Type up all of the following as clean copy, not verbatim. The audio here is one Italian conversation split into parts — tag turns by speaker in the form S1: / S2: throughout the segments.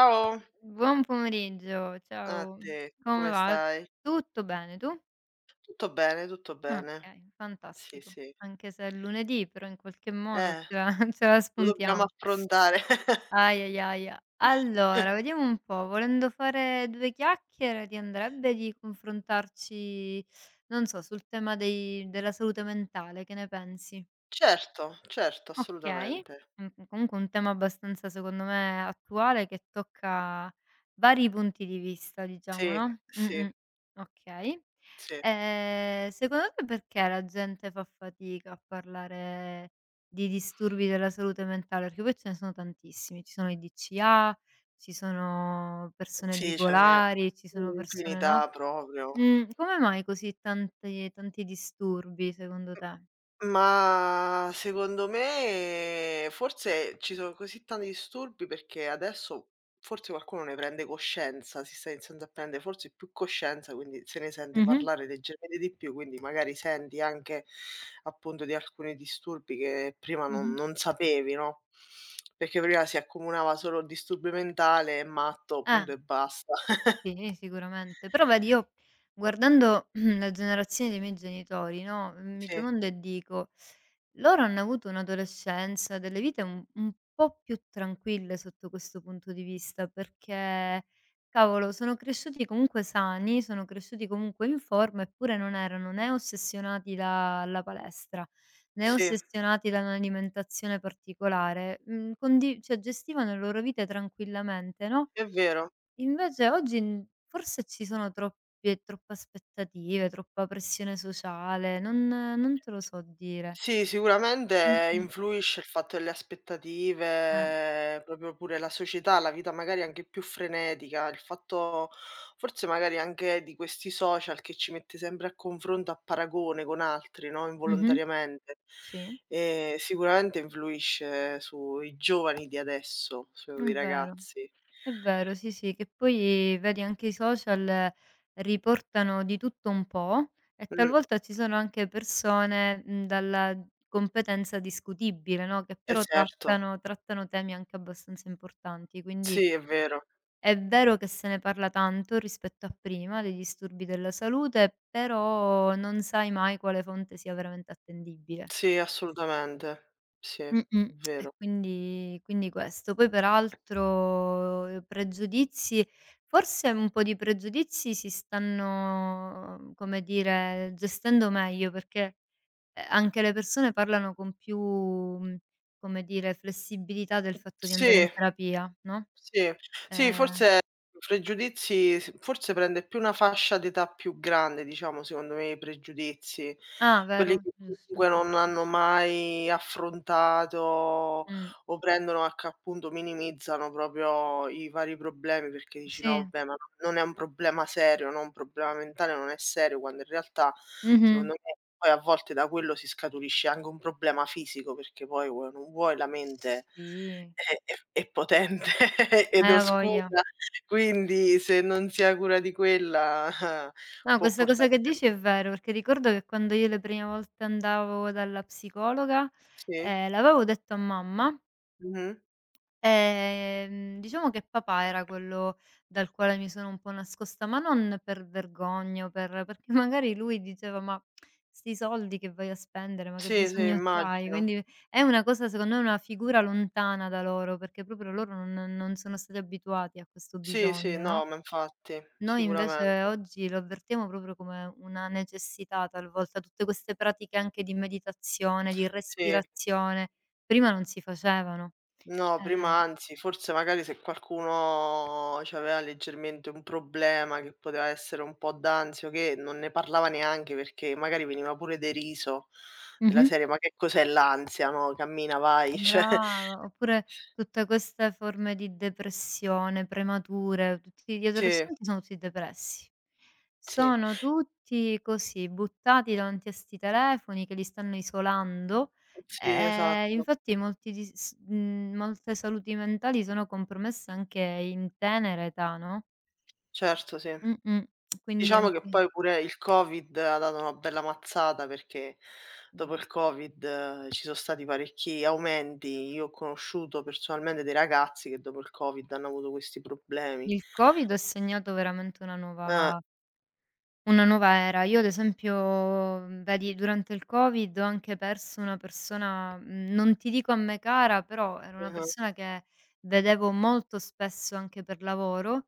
S1: Ciao,
S2: Buon pomeriggio,
S1: a
S2: ciao.
S1: te,
S2: Come
S1: come
S2: va?
S1: stai?
S2: Tutto bene, tu?
S1: Tutto bene, tutto bene.
S2: Okay,
S1: Sì,
S2: fantastico.
S1: sì.
S2: Anche se è lunedì, però in qualche modo
S1: Eh,
S2: ce la ce la
S1: lo dobbiamo
S2: spuntiamo.
S1: affrontare.
S2: Aia, aia, aia. Allora, vediamo un po', volendo fare 2 chiacchiere ti andrebbe di confrontarci, non so, sul tema dei della salute mentale, che ne pensi?
S1: Certo, certo,
S2: Okay,
S1: assolutamente.
S2: comunque un tema abbastanza secondo me attuale che tocca vari punti di vista
S1: Sì,
S2: diciamo, no,
S1: sì,
S2: mh-mh, okay.
S1: sì.
S2: Secondo te perché la gente fa fatica a parlare di disturbi della salute mentale? Perché poi ce ne sono tantissimi, ci sono i DCA, ci sono persone
S1: Sì, ce n'è
S2: bipolari, ci sono persone no
S1: un'infinità proprio.
S2: mh, come mai così tanti tanti disturbi secondo te?
S1: Ma secondo me forse ci sono così tanti disturbi perché adesso forse qualcuno ne prende coscienza, si sta iniziando a prendere forse più coscienza, quindi se ne sente
S2: Mh-mh,
S1: parlare leggermente di più, quindi magari senti anche appunto di alcuni disturbi che prima non,
S2: mh-mh.
S1: non sapevi, no? Perché prima si accomunava solo disturbio mentale, matto,
S2: Eh.
S1: punto e basta.
S2: Sì, sicuramente. Però vedi io guardando la generazione dei miei genitori, no, mi
S1: Sì,
S2: domando e dico: loro hanno avuto un'adolescenza, delle vite un po' più tranquille sotto questo punto di vista, perché cavolo sono cresciuti comunque sani, sono cresciuti comunque in forma, eppure non erano né ossessionati dalla palestra, né
S1: sì,
S2: ossessionati da un'alimentazione particolare. Mhmm, condi cioè gestivano le loro vite tranquillamente, no.
S1: è vero.
S2: invece oggi, forse ci sono troppe aspettative, troppa pressione sociale, non te lo so dire.
S1: Sì, sicuramente
S2: Mh-mh.
S1: influisce il fatto delle
S2: Eh.
S1: aspettative, proprio pure la società, la vita magari anche più frenetica, il fatto forse magari anche di questi social che ci mette sempre a confronto, a paragone con altri, no,
S2: Mh-mh.
S1: involontariamente.
S2: Sì.
S1: Sicuramente influisce sui giovani di adesso,
S2: È
S1: sui
S2: vero,
S1: ragazzi.
S2: è vero, sì, sì, che poi vedi anche i social, riportano di tutto un po' e
S1: Mh,
S2: talvolta ci sono anche persone, dalla competenza discutibile, no, che
S1: eh
S2: però
S1: certo.
S2: trattano temi anche abbastanza importanti, quindi
S1: Sì, è vero.
S2: è vero che se ne parla tanto rispetto a prima dei disturbi della salute, però non sai mai quale fonte sia veramente attendibile.
S1: Sì, assolutamente. Sì, è
S2: Mh-mh.
S1: vero.
S2: E quindi questo. Poi peraltro, pregiudizi forse un po' di pregiudizi si stanno, come dire, gestendo meglio perché, anche le persone parlano con più, come dire, flessibilità del fatto di andare in
S1: Sì.
S2: terapia, no.
S1: Sì, sì,
S2: ehm
S1: forse pregiudizi s forse prende più una fascia d'età più grande, diciamo, secondo me i pregiudizi,
S2: ah,
S1: quelli
S2: vero?
S1: che
S2: Giusto.
S1: comunque non hanno mai affrontato
S2: Mh.
S1: o prendono h appunto minimizzano proprio i vari problemi, perché dici: "No
S2: Sì,
S1: vabbè, ma non è un problema serio, no, un problema mentale non è serio", quando in realtà
S2: mh-mh.
S1: secondo me poi a volte da quello si scaturisce anche un problema fisico, perché poi vuoi o non vuoi la mente
S2: Sì.
S1: è potente ed
S2: Ha voglia.
S1: oscura, quindi se non si ha cura di quella
S2: No,
S1: può
S2: questa cosa
S1: portare
S2: che dici è vero, perché ricordo che quando io le prime volte andavo dalla psicologa,
S1: sem sì,
S2: l'avevo detto a mamma.
S1: mh-mh.
S2: Diciamo che papà era quello dal quale mi sono un po' nascosta, ma non per vergogna o perché magari lui diceva: "Ma 'sti soldi che vai a spendere, ma che
S1: Sì, sì,
S2: bisogno c'hai?"
S1: immagino.
S2: Quindi è una cosa secondo me una figura lontana da loro, perché proprio loro non sono stati abituati a questo
S1: Sì, sì,
S2: bisogno,
S1: no,
S2: no,
S1: ma infatti,
S2: noi invece
S1: sicuramente.
S2: oggi lo avvertiamo proprio come una necessità talvolta, tutte queste pratiche anche di meditazione, di
S1: Sì,
S2: respirazione, prima non si facevano.
S1: no, prima
S2: Eh.
S1: anzi, forse magari se qualcuno c'aveva leggermente un problema che poteva essere un po' d'ansia, o che non ne parlava neanche perché magari veniva pure deriso, della
S2: Mh-mh.
S1: serie: "Ma che cos'è l'ansia, no, cammina, vai", cioè
S2: Brava, oppure tutte queste forme di depressione premature, tutti gli
S1: sì.
S2: adolescenti sono tutti depressi.
S1: Sì,
S2: Sono tutti così, buttati davanti a 'sti telefoni che li stanno isolando,
S1: sì, esatto.
S2: infatti molti molte saluti mentali sono compromesse anche in tenera età, no,
S1: Certo, sì.
S2: mh-mh, quindi
S1: Diciamo che
S2: anche
S1: poi pure il Covid ha dato una bella mazzata, perché dopo
S2: brava.
S1: il Covid ci sono stati parecchi aumenti. Io ho conosciuto personalmente dei ragazzi che dopo il Covid hanno avuto questi problemi.
S2: Il Covid ha segnato veramente una
S1: Eh,
S2: nuova. Una nuova era. Io ad esempio, vedi durante il Covid ho anche perso una persona, non ti dico a me cara, però era una
S1: mh-mh,
S2: persona che vedevo molto spesso anche per lavoro.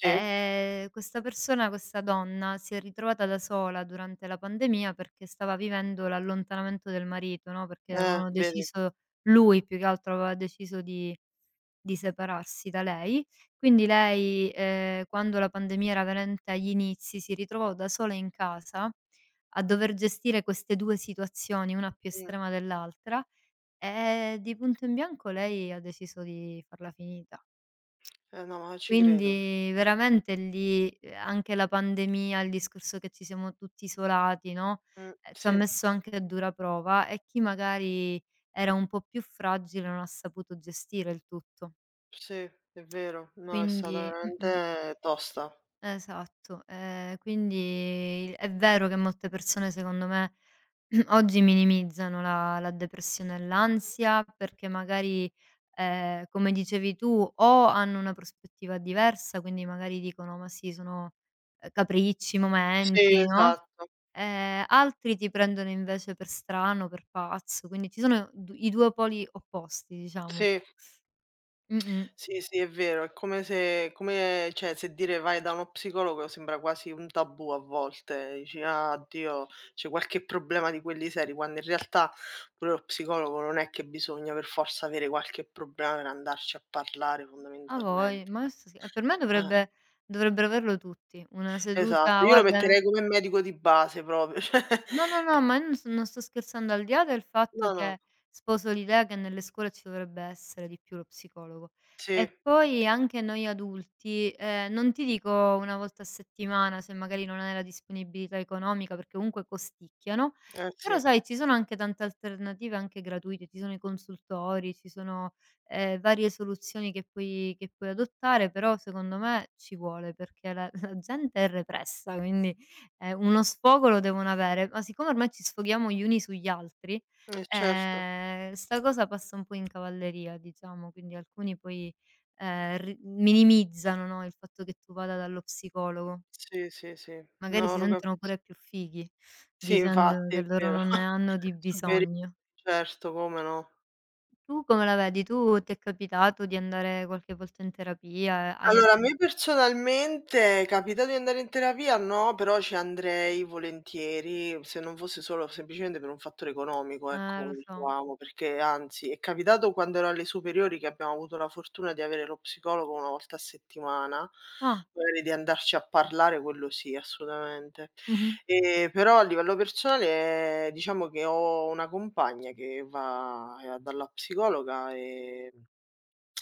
S1: sì,
S2: Questa persona, questa donna, si è ritrovata da sola durante la pandemia perché stava vivendo l'allontanamento del marito, no, perché avevano
S1: vedi.
S2: deciso, lui più che altro aveva deciso di separarsi da lei. Quindi lei, quando la pandemia era veramente agli inizi, si ritrovò da sola in casa a dover gestire queste 2 situazioni, una più
S1: Mh,
S2: estrema dell'altra, e di punto in bianco lei ha deciso di farla finita.
S1: no, ma ci credo.
S2: Quindi veramente lì, anche la pandemia, il discorso che ci siamo tutti isolati, no, ci ha
S1: Sì,
S2: messo anche a dura prova e chi magari era un po' più fragile non ha saputo gestire il tutto.
S1: sì, è vero. No, è stata
S2: Quindi mh-mh.
S1: veramente tosta.
S2: Esatto, quindi il è vero che molte persone secondo me oggi minimizzano la depressione e l'ansia perché magari, come dicevi tu, o hanno una prospettiva diversa, quindi magari dicono: "Ma sì, sono, capricci,
S1: Sì,
S2: momenti", no,
S1: esatto.
S2: altri ti prendono invece per strano, per pazzo, quindi ci sono du i 2 poli opposti, diciamo.
S1: Sì.
S2: Mh-mh.
S1: Sì, sì, è vero, è come se come cioè, se dire vai da uno psicologo sembra quasi un tabù a volte, dici: "Ah, oddio, c'è qualche problema di quelli seri", quando in realtà pure lo psicologo non è che bisogna per forza avere qualche problema per andarci a parlare
S2: A voi,
S1: fondamentalmente.
S2: ma questo sì. E per me
S1: Eh,
S2: dovrebbero averlo tutti. Una
S1: esatto,
S2: seduta
S1: io lo
S2: guarda.
S1: metterei come medico di base proprio, cioè
S2: No, no, no, ma io non sto scherzando, al di là del fatto
S1: no, no,
S2: che sposo l'idea che nelle scuole ci dovrebbe essere di più lo psicologo.
S1: sì,
S2: E poi anche noi adulti, non ti dico 1 volta a settimana, se magari non hai la disponibilità economica, perché comunque costicchiano, però
S1: sì,
S2: sai ci sono anche tante alternative anche gratuite, ci sono i consultori, ci sono, varie soluzioni che puoi adottare, però secondo me ci vuole, perché la la gente è repressa, quindi uno sfogo lo devono avere, ma siccome ormai ci sfoghiamo gli uni sugli altri,
S1: eh certo.
S2: sta cosa passa un po' in cavalleria diciamo, quindi alcuni poi, ri minimizzano, no, il fatto che tu vada dallo psicologo.
S1: Sì, sì, sì.
S2: Magari
S1: No,
S2: si
S1: lo
S2: sentono
S1: capisco.
S2: pure più fighi
S1: Sì,
S2: dicendo
S1: infatti,
S2: che
S1: è
S2: loro
S1: vero.
S2: non ne hanno di
S1: Superi
S2: bisogno.
S1: certo, come no.
S2: Tu come la vedi? Tu ti è capitato di andare qualche volta in terapia? Hai
S1: Allora, a
S2: effe
S1: me personalmente è capitato di andare in terapia no, però ci andrei volentieri, se non fosse solo semplicemente per un fattore economico, ecco,
S2: lo
S1: come
S2: so.
S1: dicevamo, perché anzi, è capitato quando ero alle superiori che abbiamo avuto la fortuna di avere lo psicologo 1 volta a settimana,
S2: Ah,
S1: magari di andarci a parlare, quello sì, assolutamente.
S2: mh-mh,
S1: Però a livello personale, diciamo che ho una compagna che va, dalla psicologa,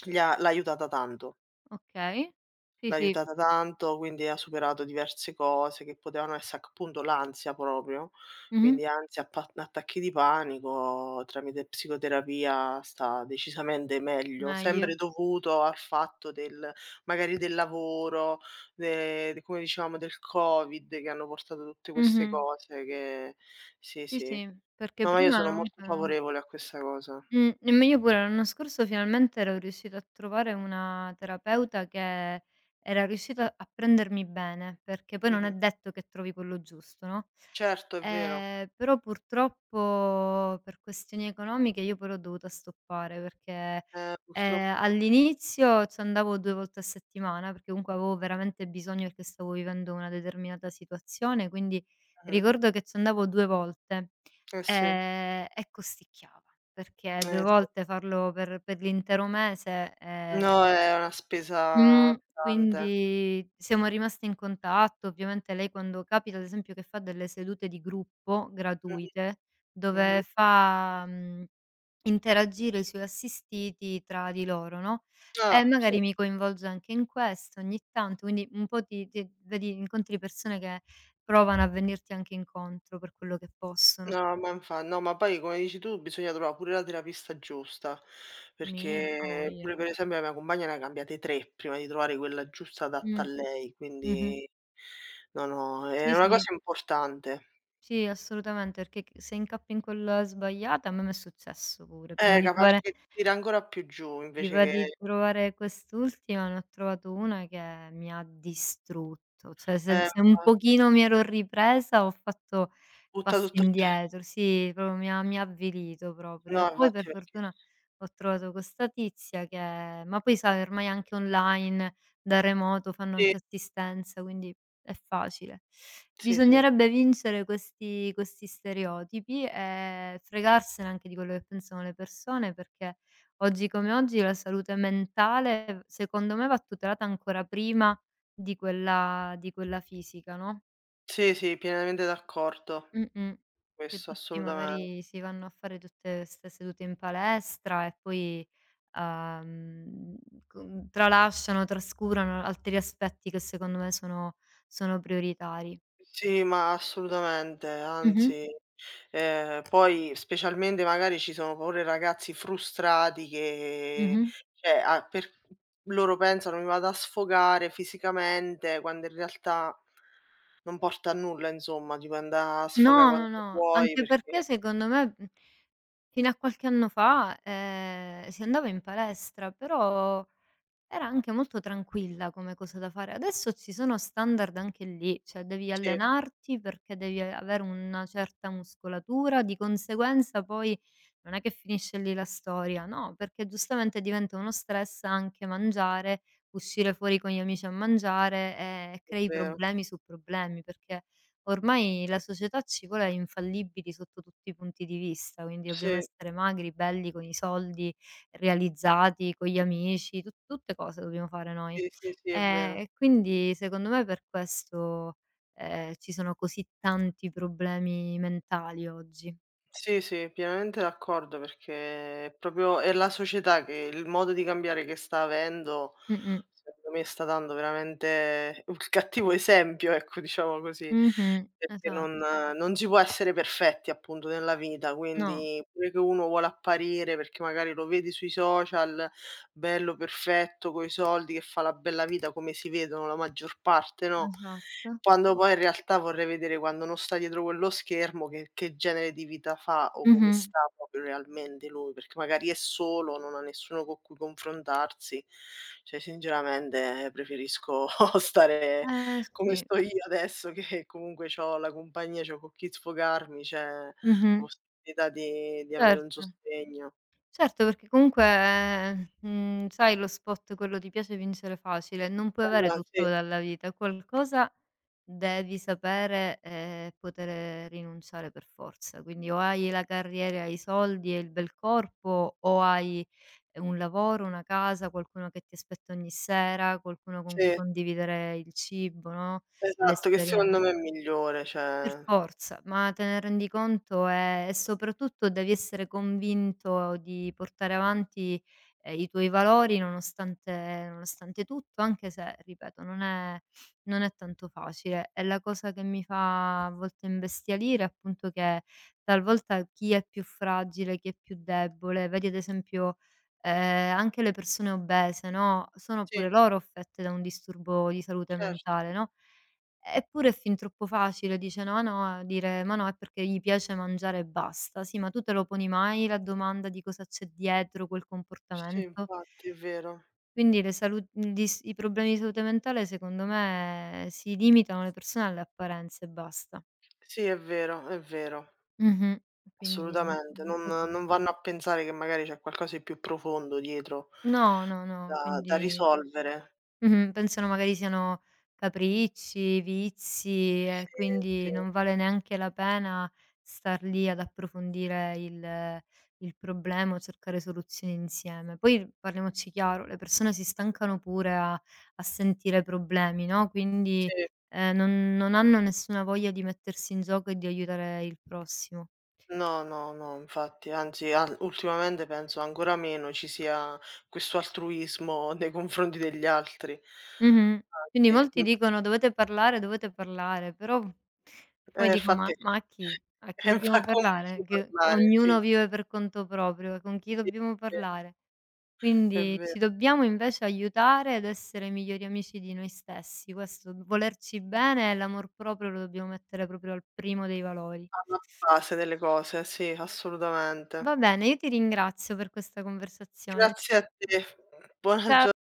S1: gli ha
S2: okay. Sì,
S1: l'ha
S2: sì.
S1: aiutata tanto, quindi ha superato diverse cose che potevano esse appunto l'ansia proprio,
S2: Mh-mh.
S1: quindi ansia, appa attacchi di panico, tramite psicoterapia sta decisamente meglio, sempre
S2: Meglio.
S1: dovuto al fatto del magari del lavoro, de come dicevamo del Covid, che hanno portato tutte queste
S2: Mh-mh.
S1: cose che sì,
S2: Sì,
S1: sì.
S2: sì, perché
S1: No, ma io
S2: prima
S1: sono molto
S2: comunque
S1: favorevole a questa cosa.
S2: nemm io pure l'anno scorso finalmente ero riuscita a trovare una terapeuta che era riuscita a prendermi bene, perché poi non è
S1: Mh-mh.
S2: detto che trovi quello giusto, no?
S1: Certo, è vero.
S2: Però purtroppo per questioni economiche io poi l'ho dovuta stoppare perché,
S1: Purtroppo
S2: all'inizio c'andavo 2 volte a settimana, perché comunque avevo veramente bisogno perché stavo vivendo una determinata situazione, quindi
S1: mh-mh.
S2: ricordo che c'andavo 2 volte,
S1: Eh sì,
S2: e costicchiava, perché 2
S1: eh sì.
S2: volte farlo per l'intero mese.
S1: No, è una spesa pesante.
S2: Quindi siamo rimaste in contatto. Ovviamente lei quando capita, ad esempio, che fa delle sedute di gruppo gratuite,
S1: Mh-mh,
S2: dove
S1: mh-mh.
S2: fa, interagire i suoi assistiti tra di loro, no, e
S1: Ah, sì.
S2: magari mi coinvolge anche in questo ogni tanto, quindi un po' ti vedi incontri persone che provano a venirti anche incontro per quello che possono.
S1: No, ma infa no, ma poi come dici tu bisogna trova pure la terapista giusta,
S2: Mi ha
S1: perché
S2: voglia.
S1: pure per esempio la mia compagna ne ha cambiate 3 prima di trovare quella giusta adatta
S2: Mh,
S1: a lei,
S2: mh-mh.
S1: quindi no, no, è
S2: Sì,
S1: una
S2: sì.
S1: cosa importante.
S2: Sì, assolutamente, perché c se incappi in quella sbagliata a me m'è successo pure. Prima di
S1: Capace
S2: trovare
S1: che ti tira ancora più giù invece
S2: prima
S1: che
S2: di trovare quest'ultima ne ho trovato una che mi ha distrutto. Cioè se se un
S1: infatti,
S2: pochino mi ero ripresa ho fatto
S1: butta
S2: passi
S1: tutto a terra.
S2: indietro, sì, proprio mi ha avvilito proprio. E
S1: No,
S2: poi
S1: infatti
S2: per
S1: perché
S2: fortuna ho trovato questa tizia che ma poi sai ormai anche online, da remoto fanno
S1: sì,
S2: anche assistenza, quindi è facile.
S1: sì, sì.
S2: Bisognerebbe vincere questi stereotipi e fregarsene anche di quello che pensano le persone, perché oggi come oggi la salute mentale, secondo me, va tutelata ancora prima di quella fisica, no?
S1: Sì, sì, pienamente d'accordo.
S2: Mh-mh. Che
S1: Questo
S2: tutti
S1: assolutamente.
S2: magari si vanno a fare tutte 'ste sedute in palestra e poi, uhm, co tralasciano, trascurano altri aspetti che secondo me sono prioritari.
S1: Sì, ma assolutamente,
S2: Mh-mh,
S1: anzi, poi specialmente magari ci sono pure ragazzi frustrati che
S2: mh-mh.
S1: cioè a per loro pensano: "Mi vado a sfogare fisicamente", quando in realtà non porta a nulla insomma, ti puoi andà a sfogà
S2: No, no,
S1: quanto
S2: no,
S1: vuoi
S2: anche
S1: perché
S2: perché secondo me, fino a qualche anno fa, si andava in palestra, però era anche molto tranquilla come cosa da fare. Adesso ci sono standard anche lì, cioè devi
S1: sì, è
S2: allenarti perché devi avere una certa muscolatura, di conseguenza poi non è che finisce lì la storia, no, perché giustamente diventa uno stress anche mangiare, uscire fuori con gli amici a mangiare, e crei
S1: vero.
S2: problemi su problemi, perché ormai la società ci vuole infallibili sotto tutti i punti di vista, quindi dobbiamo
S1: Sì,
S2: essere magri, belli, con i soldi realizzati con gli amici, tu tutte cose dobbiamo fare noi.
S1: sì, sì, sì, è vero.
S2: E quindi secondo me per questo, ci sono così tanti problemi mentali oggi.
S1: Sì, sì, pienamente d'accordo perché è proprio è la società che il modo di cambiare che sta avendo,
S2: Mh-mh.
S1: secondo me sta dando veramente un cattivo esempio, ecco, diciamo così,
S2: Mh-mh.
S1: perché non
S2: Esatto.
S1: non si può essere perfetti appunto nella vita,
S2: No,
S1: quindi pure che uno vuole apparire perché magari lo vedi sui social, bello, perfetto, coi soldi, che fa la bella vita come si vedono la maggior parte, no,
S2: esatto.
S1: quando poi in realtà vorrei vedere quando non sta dietro quello schermo che genere di vita fa o come
S2: Mh-mh.
S1: sta proprio realmente lui, perché magari è solo, non ha nessuno con cui confrontarsi. Cioè sinceramente preferisco stare
S2: Eh
S1: come
S2: sì.
S1: sto io adesso che comunque c'ho la compagnia, c'ho con chi sfogarmi, c'è la
S2: Mh-mh.
S1: possibilità di avere un
S2: Certo.
S1: sostegno.
S2: Certo, perché comunque, sai lo spot quello "Ti piace vincere facile", non puoi
S1: Eh
S2: avere
S1: no,
S2: tutto
S1: sì,
S2: dalla vita, qualcosa devi sapere e poter rinunciare per forza. Quindi o hai la carriera, i soldi e il bel corpo o hai un lavoro, una casa, qualcuno che ti aspetta ogni sera, qualcuno con cui
S1: sì.
S2: condividere il cibo, no.
S1: Esatto, che
S2: l'esperienz
S1: secondo me è migliore,
S2: Per
S1: cioè
S2: forza, ma te ne rendi conto e soprattutto devi essere convinto di portare avanti, i tuoi valori nonostante tutto, anche se, ripeto, non è tanto facile. E la cosa che mi fa a volte imbestialire è appunto che talvolta chi è più fragile, chi è più debole, vedi ad esempio, anche le persone obese, no, sono pure
S1: sì,
S2: loro affette da un disturbo di salute
S1: certo,
S2: mentale, no? Eppure è fin troppo facile, dice: "No, no", dire: "Ma no, è perché gli piace mangiare e basta". Sì, ma tu te lo poni mai la domanda di cosa c'è dietro quel
S1: sì
S2: comportamento?
S1: infatti, è vero.
S2: Quindi le salu gli s i problemi di salute mentale secondo me si limitano le persone alle apparenze e basta.
S1: Sì, è vero,
S2: Mh-mh. Quindi un
S1: assolutamente.
S2: un
S1: Non
S2: po' tu
S1: non vanno a pensare che magari c'è qualcosa di più profondo dietro
S2: no, no, no,
S1: da da
S2: quindi.
S1: risolvere.
S2: Mh-mh. Pensano magari siano capricci, vizi
S1: Sì,
S2: e
S1: sì,
S2: quindi non vale neanche la pena star lì ad approfondire il problema o cercare soluzioni insieme. Poi parliamoci chiaro, le persone si stancano pure a sentire problemi, no, quindi,
S1: sì.
S2: non hanno nessuna voglia di mettersi in gioco e di aiutare il prossimo.
S1: No, no, no, infatti, anzi an ultimamente penso ancora meno ci sia questo altruismo nei confronti degli altri.
S2: Mh-mh. Quindi
S1: Anzi,
S2: molti dicono: dovete parlare", però poi
S1: eh
S2: dico:
S1: infatti
S2: "Ma a chi? A chi
S1: e infa
S2: dobbiamo
S1: con chi
S2: parlare? Che
S1: parlare, sì.
S2: ognuno vive per conto proprio, con chi
S1: Sì,
S2: dobbiamo
S1: sì,
S2: parlare?"
S1: è
S2: Quindi
S1: vero,
S2: ci dobbiamo invece aiutare ed essere migliori amici di noi stessi. Questo, volerci bene e l'amor proprio lo dobbiamo mettere proprio al primo dei valori.
S1: alla base delle cose, sì,
S2: Va
S1: assolutamente.
S2: bene, io ti ringrazio per questa conversazione.
S1: Grazie a te.
S2: Cia
S1: Buona